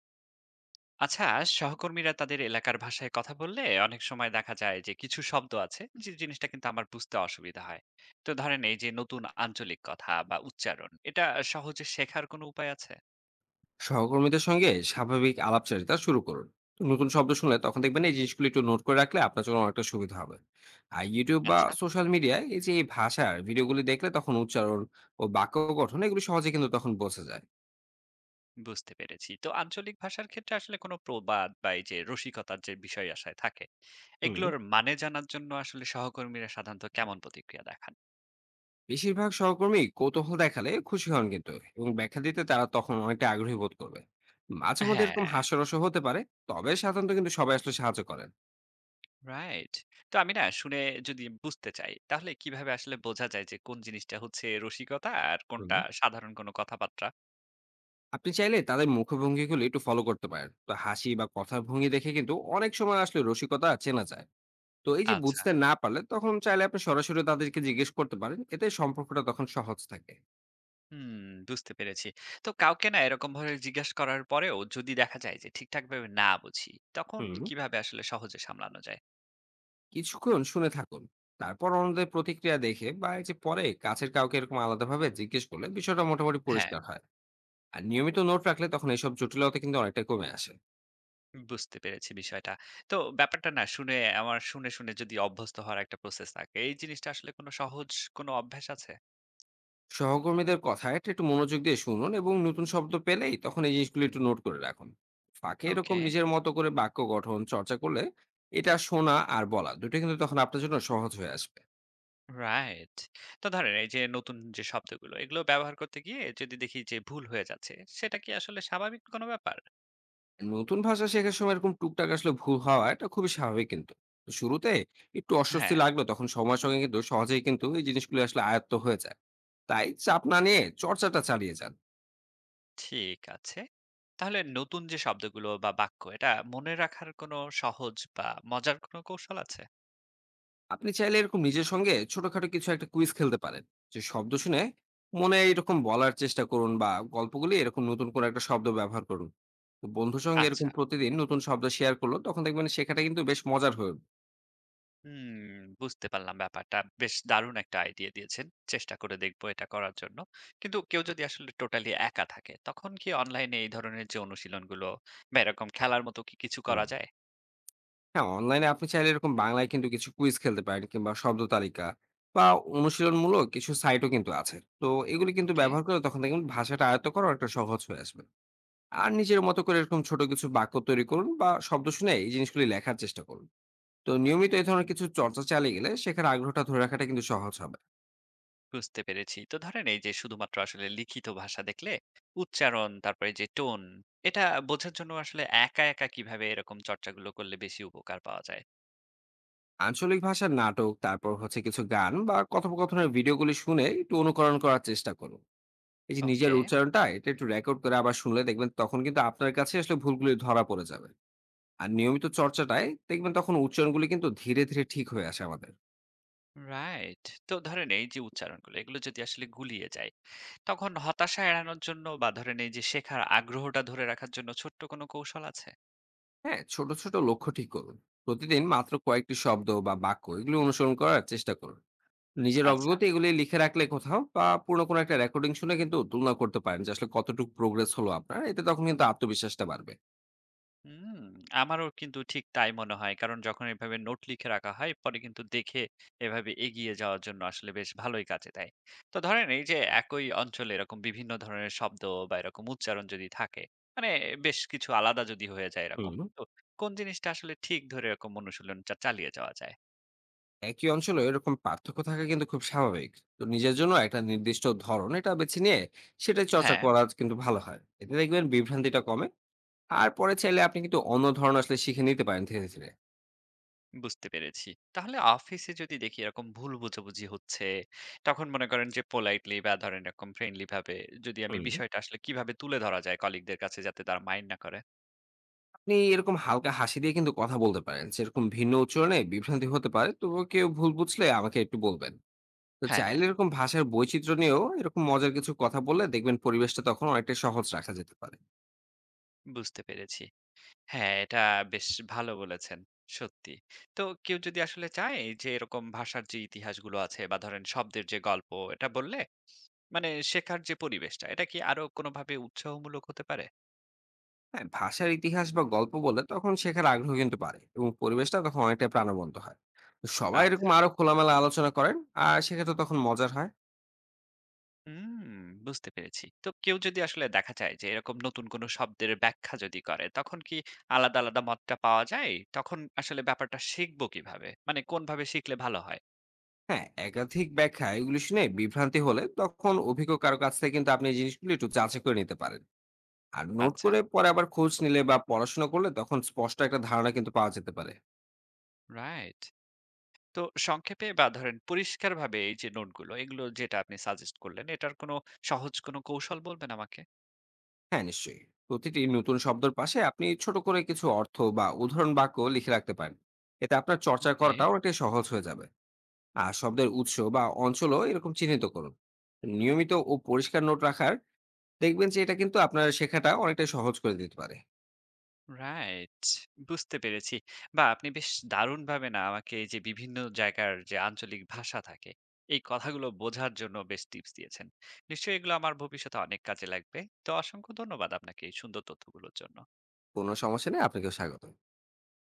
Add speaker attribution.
Speaker 1: আচ্ছা, সহকর্মীরা তাদের এলাকার ভাষায় কথা বললে অনেক সময় দেখা যায় যে কিছু শব্দ আছে যে জিনিসটা কিন্তু আমার বুঝতে অসুবিধা হয়। তো ধরেন এই যে নতুন আঞ্চলিক কথা বা উচ্চারণ এটা সহজে শেখার কোনো উপায় আছে?
Speaker 2: সহকর্মীদের সঙ্গে স্বাভাবিক আলাপচারিতা শুরু করুন। তো নতুন শব্দ শুনলে তখন দেখবেন এই জিনিসগুলো একটু নোট করে রাখলে আপনার জন্য অনেকটা সুবিধা হবে। আর ইউটিউব বা
Speaker 1: আচ্ছা,
Speaker 2: সোশ্যাল মিডিয়ায় এই যে এই ভাষার ভিডিওগুলি দেখলে তখন উচ্চারণ ও বাক্য গঠন এগুলো সহজে কিন্তু তখন বোঝা যায়।
Speaker 1: বুঝতে পেরেছি। তো আঞ্চলিক ভাষার ক্ষেত্রে আসলে কোনো প্রবাদ বা এই যে রসিকতার যে বিষয় আশায় থাকে
Speaker 2: হুম।
Speaker 1: এগুলোর মানে জানার জন্য আসলে সহকর্মীরা সাধারণত কেমন প্রতিক্রিয়া দেখান?
Speaker 2: বেশিরভাগ সহকর্মী কৌতূহল দেখালে খুশি হন কিন্তু এবং ব্যাখ্যা দিতে তারা তখন অনেকটা আগ্রহী বোধ করবে। মাঝে মধ্যে এরকম
Speaker 1: হ্যাঁ,
Speaker 2: হাস্যরসও হতে পারে। তবে সাধারণত কিন্তু সবাই আসলে সাহায্য করেন।
Speaker 1: রাইট। তো আমি না শুনে যদি বুঝতে চাই, তাহলে কিভাবে আসলে বোঝা যায় যে কোন জিনিসটা হচ্ছে রসিকতা আর
Speaker 2: হুম।
Speaker 1: কোনটা সাধারণ কোনো কথাবার্তা?
Speaker 2: আপনি চাইলে তাদের মুখভঙ্গিগুলো একটু ফলো করতে পারেন, তো হাসি বা কথার ভঙ্গি দেখে কিন্তু অনেক সময় আসলে রসিকতা চেনা যায়। তো এই যে
Speaker 1: আচ্ছা।
Speaker 2: বুঝতে না পারলে তখন চাইলে আপনি সরাসরি তাদেরকে জিজ্ঞেস করতে পারেন, এতে সম্পর্কটা তখন সহজ থাকে।
Speaker 1: হুম, বুঝতে পেরেছি। তো কাউকে না এরকমভাবে জিজ্ঞেস করার পরেও যদি দেখা যায় যে ঠিকঠাকভাবে না বুঝি, তখন
Speaker 2: হুম।
Speaker 1: কিভাবে আসলে সহজে সামলানো যায়?
Speaker 2: কিছুক্ষণ শুনে থাকুন। তারপর অন্যদের প্রতিক্রিয়া দেখে বা এই যে পরে কাছের কাউকে এরকম আলাদাভাবে জিজ্ঞেস করলে বিষয়টা মোটামুটি
Speaker 1: হ্যাঁ,
Speaker 2: পরিষ্কার হয়। আর নিয়মিত নোট রাখলে তখন এইসব জটিলতা কিন্তু অনেকটা কমে আসে।
Speaker 1: বুঝতে পেরেছি বিষয়টা। তো ব্যাপারটা না শুনে আমার শুনে যদি অভ্যস্ত হওয়ার একটা প্রসেস থাকে, এই জিনিসটা আসলে কোনো সহজ কোনো অভ্যাস আছে?
Speaker 2: সহকর্মীদের কথা এটা একটু মনোযোগ দিয়ে শুনুন এবং নতুন শব্দ পেলেই তখন এই জিনিসগুলো একটু নোট করে রাখুন। ফাঁকে এরকম
Speaker 1: ওকে।
Speaker 2: নিজের মতো করে বাক্য গঠন চর্চা করলে এটা শোনা আর বলা দুটো কিন্তু তখন আপনার জন্য সহজ হয়ে আসবে।
Speaker 1: রাইট। তো ধরেন এই যে নতুন যে শব্দগুলো এগুলো ব্যবহার করতে গিয়ে যদি দেখি যে ভুল হয়ে যাচ্ছে সেটা কি আসলে স্বাভাবিক কোনো ব্যাপার?
Speaker 2: নতুন ভাষা শেখার সময় এরকম টুকটাক আসলে ভুল হওয়া এটা খুবই স্বাভাবিক কিন্তু। তো শুরুতে একটু
Speaker 1: হ্যাঁ,
Speaker 2: অস্বস্তি লাগলো তখন সময়ের সঙ্গে কিন্তু সহজেই কিন্তু এই জিনিসগুলো আসলে আয়ত্ত হয়ে যায়। তাই চাপ না নিয়ে চর্চাটা চালিয়ে যান।
Speaker 1: ঠিক আছে। তাহলে নতুন যে শব্দগুলো বা বাক্য এটা মনে রাখার কোনো সহজ বা মজার কোনো কৌশল আছে?
Speaker 2: আপনি চাইলে এরকম নিজের সঙ্গে ছোটখাটো কিছু একটা কুইজ খেলতে পারেন, যে শব্দ শুনে মনে এরকম বলার চেষ্টা করুন বা গল্পগুলি এরকম নতুন করে একটা শব্দ ব্যবহার করুন। তো বন্ধুর সঙ্গে
Speaker 1: আচ্ছা।
Speaker 2: এরকম প্রতিদিন নতুন শব্দ শেয়ার করলো তখন দেখবেন শেখাটা কিন্তু বেশ মজার হয়ে উঠবে।
Speaker 1: হুম, বুঝতে পারলাম ব্যাপারটা। বেশ দারুণ একটা আইডিয়া দিয়েছেন। চেষ্টা করে দেখবো এটা করার জন্য। কিন্তু কেউ যদি আসলে টোটালি একা থাকে তখন কি অনলাইনে এই ধরনের যে অনুশীলনগুলো বা এরকম খেলার মতো কি কিছু
Speaker 2: হুম।
Speaker 1: করা যায়?
Speaker 2: হ্যাঁ, অনলাইনে আপনি চাইলে এরকম বাংলায় কিন্তু কিছু কুইজ খেলতে পারেন কিংবা শব্দ তালিকা বা অনুশীলনমূলক কিছু সাইটও কিন্তু আছে। তো এগুলি কিন্তু
Speaker 1: ওকে।
Speaker 2: ব্যবহার করে তখন দেখবেন ভাষাটা আয়ত্ত করা একটা সহজ হয়ে আসবে। আর নিজের মতো করে এরকম ছোট কিছু বাক্য তৈরি করুন বা শব্দ শুনে এই জিনিসগুলি লেখার চেষ্টা করুন। তো নিয়মিত এই ধরনের কিছু চর্চা চালিয়ে গেলে শেখার আগ্রহটা ধরে রাখাটা কিন্তু সহজ হবে।
Speaker 1: বুঝতে পেরেছি। তো ধরেন এই যে শুধুমাত্র আসলে লিখিত ভাষা দেখলে উচ্চারণ, তারপরে যে টোন এটা বোঝার জন্য আসলে একা কিভাবে এরকম চর্চাগুলো করলে বেশি উপকার পাওয়া যায়?
Speaker 2: আঞ্চলিক ভাষার নাটক, তারপর হচ্ছে কিছু গান বা কথোপকথনের ভিডিওগুলি শুনে একটু অনুকরণ করার চেষ্টা করুন। এই যে নিজের
Speaker 1: ওকে,
Speaker 2: উচ্চারণটা এটা একটু রেকর্ড করে আবার শুনলে দেখবেন তখন কিন্তু আপনার কাছে আসলে ভুলগুলি ধরা পড়ে যাবে। আর নিয়মিত চর্চাটায় দেখবেন তখন উচ্চারণগুলি কিন্তু ধীরে ধীরে ঠিক হয়ে আসে আমাদের।
Speaker 1: রাইট। তো ধরেন এই যে উচ্চারণগুলো এগুলো যদি আসলে গুলিয়ে যায়, তখন হতাশা এড়ানোর জন্য বা ধরেন এই যে শেখার আগ্রহটা ধরে রাখার জন্য ছোট্ট কোনো কৌশল আছে?
Speaker 2: হ্যাঁ, ছোট ছোট লক্ষ্য ঠিক করুন। প্রতিদিন মাত্র কয়েকটি শব্দ বা বাক্য এগুলো অনুসরণ করার চেষ্টা করুন। নিজের
Speaker 1: আচ্ছা।
Speaker 2: অগ্রগতি এগুলি লিখে রাখলে কোথাও বা পুরোনো কোনো একটা রেকর্ডিং শুনে কিন্তু তুলনা করতে পারেন যে আসলে কতটুকু প্রোগ্রেস হলো আপনার, এতে তখন কিন্তু আত্মবিশ্বাসটা বাড়বে।
Speaker 1: হুম, আমারও কিন্তু ঠিক তাই মনে হয়। কারণ যখন এভাবে নোট লিখে রাখা হয়, পরে কিন্তু দেখে এভাবে এগিয়ে যাওয়ার জন্য আসলে বেশ ভালোই কাজে দেয়। তো ধরেন এই যে একই অঞ্চলে এরকম বিভিন্ন ধরনের শব্দ বা এরকম উচ্চারণ যদি থাকে, মানে বেশ কিছু আলাদা যদি হয়ে যায় এরকম।
Speaker 2: হুম।
Speaker 1: তো কোন জিনিসটা আসলে ঠিক ধরে এরকম অনুশীলনটা চালিয়ে যাওয়া যায়?
Speaker 2: একই অঞ্চলে এরকম পার্থক্য থাকা কিন্তু খুব স্বাভাবিক। তো নিজের জন্য একটা নির্দিষ্ট ধরন এটা বেছে নিয়ে সেটা চর্চা
Speaker 1: হ্যাঁ।
Speaker 2: করা কিন্তু ভালো হয়, এতে দেখবেন বিভ্রান্তিটা কমে। আর পরে চাইলে আপনি কিন্তু অন্য ধরন আসলে শিখে নিতে পারেন ধীরে ধীরে।
Speaker 1: বুঝতে পেরেছি। তাহলে অফিসে যদি দেখি এরকম ভুল বোঝাবুঝি হচ্ছে, তখন মনে করেন যে পোলাইটলি বা ধরেন এরকম ফ্রেন্ডলি ভাবে যদি আমি
Speaker 2: হুম।
Speaker 1: বিষয়টা আসলে কিভাবে তুলে ধরা যায় কলিগদের কাছে যাতে তারা মাইন্ড না করে?
Speaker 2: আপনি এরকম হালকা হাসি দিয়ে কিন্তু কথা বলতে পারেন, যেরকম ভিন্ন উচ্চারণে বিভ্রান্তি হতে পারে, তবুও কেউ ভুল বুঝলে আমাকে একটু বলবেন। তো
Speaker 1: হ্যাঁ,
Speaker 2: চাইলে এরকম ভাষার বৈচিত্র্য নিয়েও এরকম মজার কিছু কথা বললে দেখবেন পরিবেশটা তখন অনেকটা সহজ রাখা যেতে পারে।
Speaker 1: বুঝতে পেরেছি। হ্যাঁ, এটা বেশ ভালো বলেছেন। সত্যি। তো কেউ যদি আসলে চায় যে এরকম ভাষার যে ইতিহাসগুলো আছে বা ধরেন শব্দের যে গল্প এটা বললে মানে শেখার যে পরিবেশটা এটা কি আরো কোনোভাবে উৎসাহমূলক হতে পারে?
Speaker 2: হ্যাঁ, ভাষার ইতিহাস বা গল্প বললে তখন শেখার আগ্রহ কিন্তু বাড়ে এবং পরিবেশটা তখন অনেকটা প্রাণবন্ত হয়। তো সবাই এরকম
Speaker 1: আচ্ছা।
Speaker 2: আরো খোলামেলা আলোচনা করেন। আর সেক্ষেত্রে তখন মজার হয়।
Speaker 1: হুম, বুঝতে পেরেছি। তো কেউ যদি আসলে দেখা যায় যে এরকম নতুন কোনো শব্দের ব্যাখ্যা যদি করে, তখন কি আলাদা মতটা পাওয়া যায়? তখন আসলে ব্যাপারটা শিখবো কিভাবে? মানে কোনভাবে শিখলে ভালো হয়?
Speaker 2: হ্যাঁ, একাধিক ব্যাখ্যা এগুলি শুনে বিভ্রান্তি হলে তখন অভিজ্ঞ কারো কাছ থেকে কিন্তু আপনি এই জিনিসগুলো একটু যাচাই করে নিতে পারেন। আর নোট
Speaker 1: আচ্ছা,
Speaker 2: করে পরে আবার খোঁজ নিলে বা পড়াশোনা করলে তখন স্পষ্ট একটা ধারণা কিন্তু পাওয়া যেতে পারে।
Speaker 1: রাইট। তো সংক্ষেপে বা ধরেন পরিষ্কারভাবে এই যে নোটগুলো, এগুলো যেটা আপনি সাজেস্ট করলেন, এটার কোনো সহজ কোনো কৌশল বলবেন আমাকে?
Speaker 2: হ্যাঁ, নিশ্চয়ই। প্রতিটি নতুন শব্দের পাশে আপনি ছোট করে কিছু অর্থ বা উদাহরণ বাক্য লিখে রাখতে পারেন। এতে আপনার চর্চা
Speaker 1: ওকে।
Speaker 2: করাটাও অনেকটাই সহজ হয়ে যাবে। আর শব্দের উৎস বা অঞ্চলও এরকম চিহ্নিত করুন। নিয়মিত ও পরিষ্কার নোট রাখার দেখবেন যে এটা কিন্তু আপনার শেখাটা অনেকটাই সহজ করে দিতে পারে।
Speaker 1: রাইট। বুঝতে পেরেছি। বাহ! আপনি বেশ দারুণভাবে না আমাকে এই যে বিভিন্ন জায়গার যে আঞ্চলিক ভাষা থাকে, এই কথাগুলো বোঝার জন্য বেশ টিপস দিয়েছেন। নিশ্চয়ই এগুলো আমার ভবিষ্যতে অনেক কাজে লাগবে। তো অসংখ্য ধন্যবাদ আপনাকে এই সুন্দর তথ্যগুলোর জন্য।
Speaker 2: কোনো সমস্যা নেই, আপনাকেও স্বাগত।